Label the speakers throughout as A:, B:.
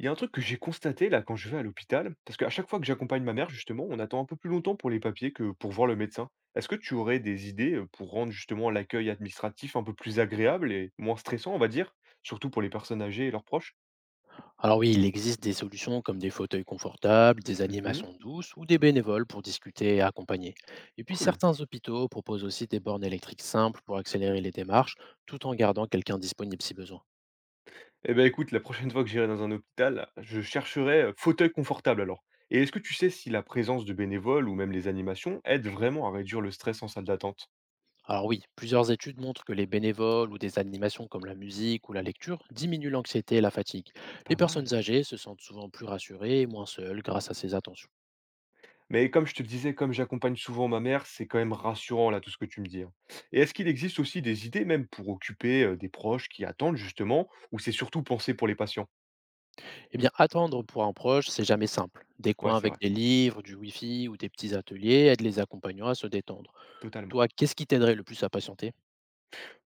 A: Il y a un truc que j'ai constaté là quand je vais à l'hôpital, parce qu'à chaque fois que j'accompagne ma mère, justement, on attend un peu plus longtemps pour les papiers que pour voir le médecin. Est-ce que tu aurais des idées pour rendre justement l'accueil administratif un peu plus agréable et moins stressant, on va dire, surtout pour les personnes âgées et leurs proches.
B: Alors oui, il existe des solutions comme des fauteuils confortables, des
A: Mhm.
B: animations douces ou des bénévoles pour discuter et accompagner. Et puis
A: Cool.
B: certains hôpitaux proposent aussi des bornes électriques simples pour accélérer les démarches tout en gardant quelqu'un disponible si besoin.
A: Eh ben écoute, la prochaine fois que j'irai dans un hôpital, je chercherai fauteuil confortable alors. Et est-ce que tu sais si la présence de bénévoles ou même les animations aident vraiment à réduire le stress en salle d'attente?
B: Alors oui, plusieurs études montrent que les bénévoles ou des animations comme la musique ou la lecture diminuent l'anxiété et la fatigue. Les
A: Pas mal,
B: personnes
A: hein.
B: âgées se sentent souvent plus rassurées et moins seules grâce à ces attentions.
A: Mais comme je te le disais, comme j'accompagne souvent ma mère, c'est quand même rassurant là tout ce que tu me dis, hein. Et est-ce qu'il existe aussi des idées même pour occuper des proches qui attendent justement, ou c'est surtout pensé pour les patients?
B: Eh bien, attendre pour un proche, c'est jamais simple. Des
A: Ouais,
B: coins
A: c'est
B: avec
A: vrai,
B: des livres, du Wi-Fi ou des petits ateliers aident les accompagnants à se détendre.
A: totalement.
B: Toi, qu'est-ce qui t'aiderait le plus à patienter?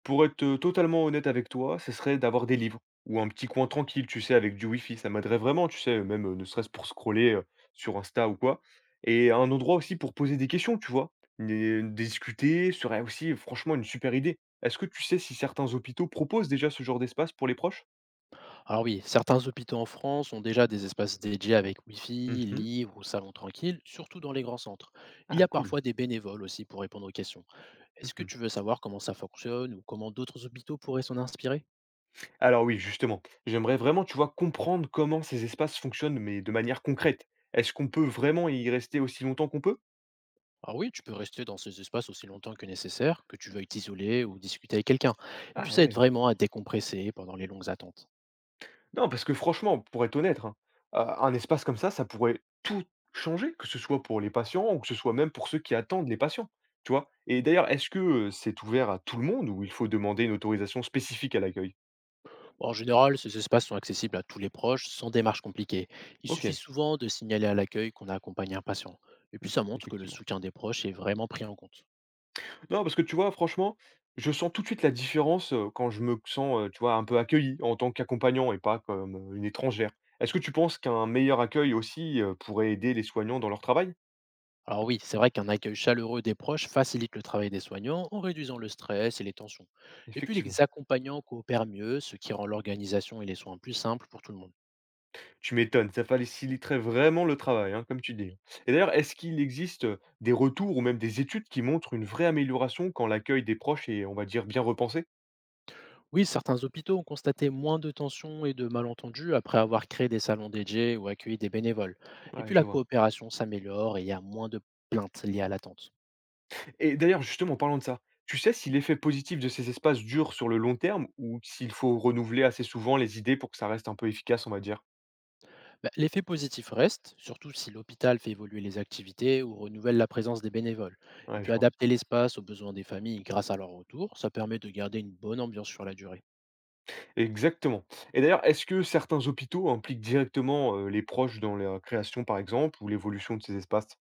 A: Pour être totalement honnête avec toi, ce serait d'avoir des livres ou un petit coin tranquille, tu sais, avec du wifi. Ça m'aiderait vraiment, tu sais, même ne serait-ce pour scroller sur Insta ou quoi. Et un endroit aussi pour poser des questions, tu vois. Discuter serait aussi franchement une super idée. Est-ce que tu sais si certains hôpitaux proposent déjà ce genre d'espace pour les proches?
B: Alors oui, certains hôpitaux en France ont déjà des espaces dédiés avec Wi-Fi,
A: Mmh.
B: livres ou salons tranquilles, surtout dans les grands centres. Il y
A: Ah
B: a
A: cool.
B: parfois des bénévoles aussi pour répondre aux questions. Est-ce que
A: Mmh.
B: tu veux savoir comment ça fonctionne ou comment d'autres hôpitaux pourraient s'en inspirer?
A: Alors oui, justement, j'aimerais vraiment, tu vois, comprendre comment ces espaces fonctionnent, mais de manière concrète. Est-ce qu'on peut vraiment y rester aussi longtemps qu'on peut?
B: Ah oui, tu peux rester dans ces espaces aussi longtemps que nécessaire, que tu veuilles t'isoler ou discuter avec quelqu'un. Et puis
A: Ah
B: ça aide
A: ouais.
B: vraiment à décompresser pendant les longues attentes.
A: Non, parce que franchement, pour être honnête, hein, un espace comme ça pourrait tout changer, que ce soit pour les patients ou que ce soit même pour ceux qui attendent les patients, tu vois? Et d'ailleurs, est-ce que, c'est ouvert à tout le monde ou il faut demander une autorisation spécifique à l'accueil?
B: Bon, en général, ces espaces sont accessibles à tous les proches sans démarche compliquée. Il suffit
A: OK.
B: souvent de signaler à l'accueil qu'on a accompagné un patient. Et puis
A: Mmh,
B: ça montre que le
A: effectivement.
B: soutien des proches est vraiment pris en compte.
A: Non, parce que tu vois, franchement, je sens tout de suite la différence, quand je me sens, tu vois, un peu accueilli en tant qu'accompagnant et pas comme, une étrangère. Est-ce que tu penses qu'un meilleur accueil aussi, pourrait aider les soignants dans leur travail?
B: Alors oui, c'est vrai qu'un accueil chaleureux des proches facilite le travail des soignants en réduisant le stress et les tensions. Et puis les
A: Effectivement,
B: accompagnants coopèrent mieux, ce qui rend l'organisation et les soins plus simples pour tout le monde.
A: tu m'étonnes, ça faciliterait vraiment le travail, hein, comme tu dis, hein. Et d'ailleurs, est-ce qu'il existe, des retours ou même des études qui montrent une vraie amélioration quand l'accueil des proches est, on va dire, bien repensé?
B: Oui, certains hôpitaux ont constaté moins de tensions et de malentendus après avoir créé des salons DJ ou accueilli des bénévoles. Et
A: Ouais,
B: puis
A: je
B: la
A: vois.
B: coopération s'améliore et il y a moins de plaintes liées à l'attente.
A: Et d'ailleurs, justement, en parlant de ça, tu sais si l'effet positif de ces espaces dure sur le long terme ou s'il faut renouveler assez souvent les idées pour que ça reste un peu efficace, on va dire?
B: Bah, l'effet positif reste, surtout si l'hôpital fait évoluer les activités ou renouvelle la présence des bénévoles. Et
A: Ouais,
B: puis
A: je vois.
B: adapter l'espace aux besoins des familles grâce à leur retour, ça permet de garder une bonne ambiance sur la durée.
A: Exactement. Et d'ailleurs, est-ce que certains hôpitaux impliquent directement, les proches dans la création, par exemple, ou l'évolution de ces espaces?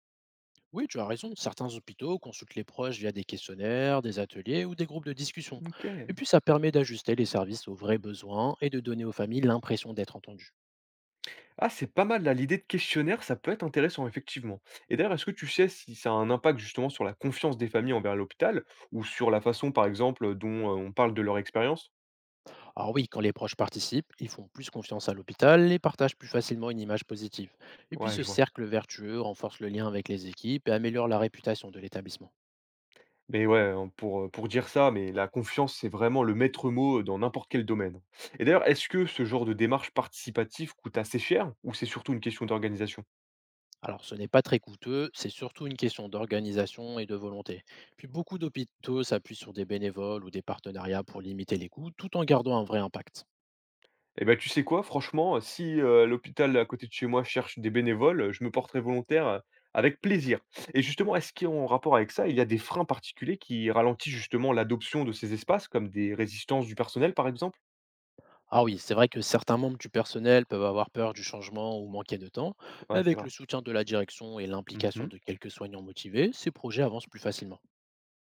B: Oui, tu as raison. Certains hôpitaux consultent les proches via des questionnaires, des ateliers ou des groupes de discussion. Et
A: OK.
B: puis, ça permet d'ajuster les services aux vrais besoins et de donner aux familles l'impression d'être entendues.
A: Ah, c'est pas mal là, l'idée de questionnaire, ça peut être intéressant, effectivement. Et d'ailleurs, est-ce que tu sais si ça a un impact justement sur la confiance des familles envers l'hôpital ou sur la façon, par exemple, dont, on parle de leur expérience?
B: Alors oui, quand les proches participent, ils font plus confiance à l'hôpital et partagent plus facilement une image positive. Et puis,
A: Ouais,
B: ce
A: je vois.
B: cercle vertueux renforce le lien avec les équipes et améliore la réputation de l'établissement.
A: Mais ouais, pour dire ça, mais la confiance, c'est vraiment le maître mot dans n'importe quel domaine. Et d'ailleurs, est-ce que ce genre de démarche participative coûte assez cher ou c'est surtout une question d'organisation?
B: Alors, ce n'est pas très coûteux, c'est surtout une question d'organisation et de volonté. Puis, beaucoup d'hôpitaux s'appuient sur des bénévoles ou des partenariats pour limiter les coûts tout en gardant un vrai impact.
A: Eh ben, tu sais quoi, franchement, si l'hôpital à côté de chez moi cherche des bénévoles, je me porterai volontaire avec plaisir. Et justement, est-ce qu'en rapport avec ça, il y a des freins particuliers qui ralentissent justement l'adoption de ces espaces, comme des résistances du personnel, par exemple?
B: Ah oui, c'est vrai que certains membres du personnel peuvent avoir peur du changement ou manquer de temps, mais
A: Ouais, c'est
B: avec le
A: vrai.
B: soutien de la direction et l'implication
A: Mhm.
B: de quelques soignants motivés, ces projets avancent plus facilement.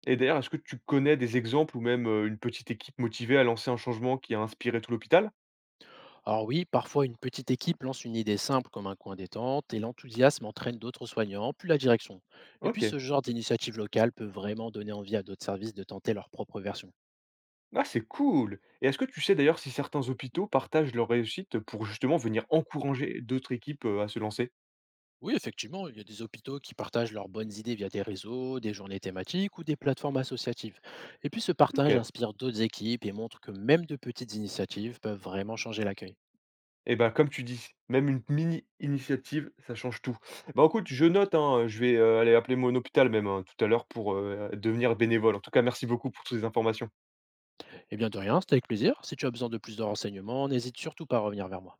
A: Et d'ailleurs, est-ce que tu connais des exemples ou même, une petite équipe motivée à lancer un changement qui a inspiré tout l'hôpital?
B: Alors oui, parfois une petite équipe lance une idée simple comme un coin détente et l'enthousiasme entraîne d'autres soignants, puis la direction. Et puis
A: OK.
B: ce genre d'initiative locale peut vraiment donner envie à d'autres services de tenter leur propre version.
A: Ah, c'est cool! Et est-ce que tu sais d'ailleurs si certains hôpitaux partagent leur réussite pour justement venir encourager d'autres équipes, à se lancer?
B: Oui, effectivement, il y a des hôpitaux qui partagent leurs bonnes idées via des réseaux, des journées thématiques ou des plateformes associatives. Et puis ce partage
A: OK.
B: inspire d'autres équipes et montre que même de petites initiatives peuvent vraiment changer l'accueil.
A: Et bah, comme tu dis, même une mini initiative, ça change tout. Bah, écoute, je note, hein, je vais, aller appeler mon hôpital même, hein, tout à l'heure pour, devenir bénévole. En tout cas, merci beaucoup pour toutes ces informations.
B: Eh bien de rien, c'était avec plaisir. Si tu as besoin de plus de renseignements, n'hésite surtout pas à revenir vers moi.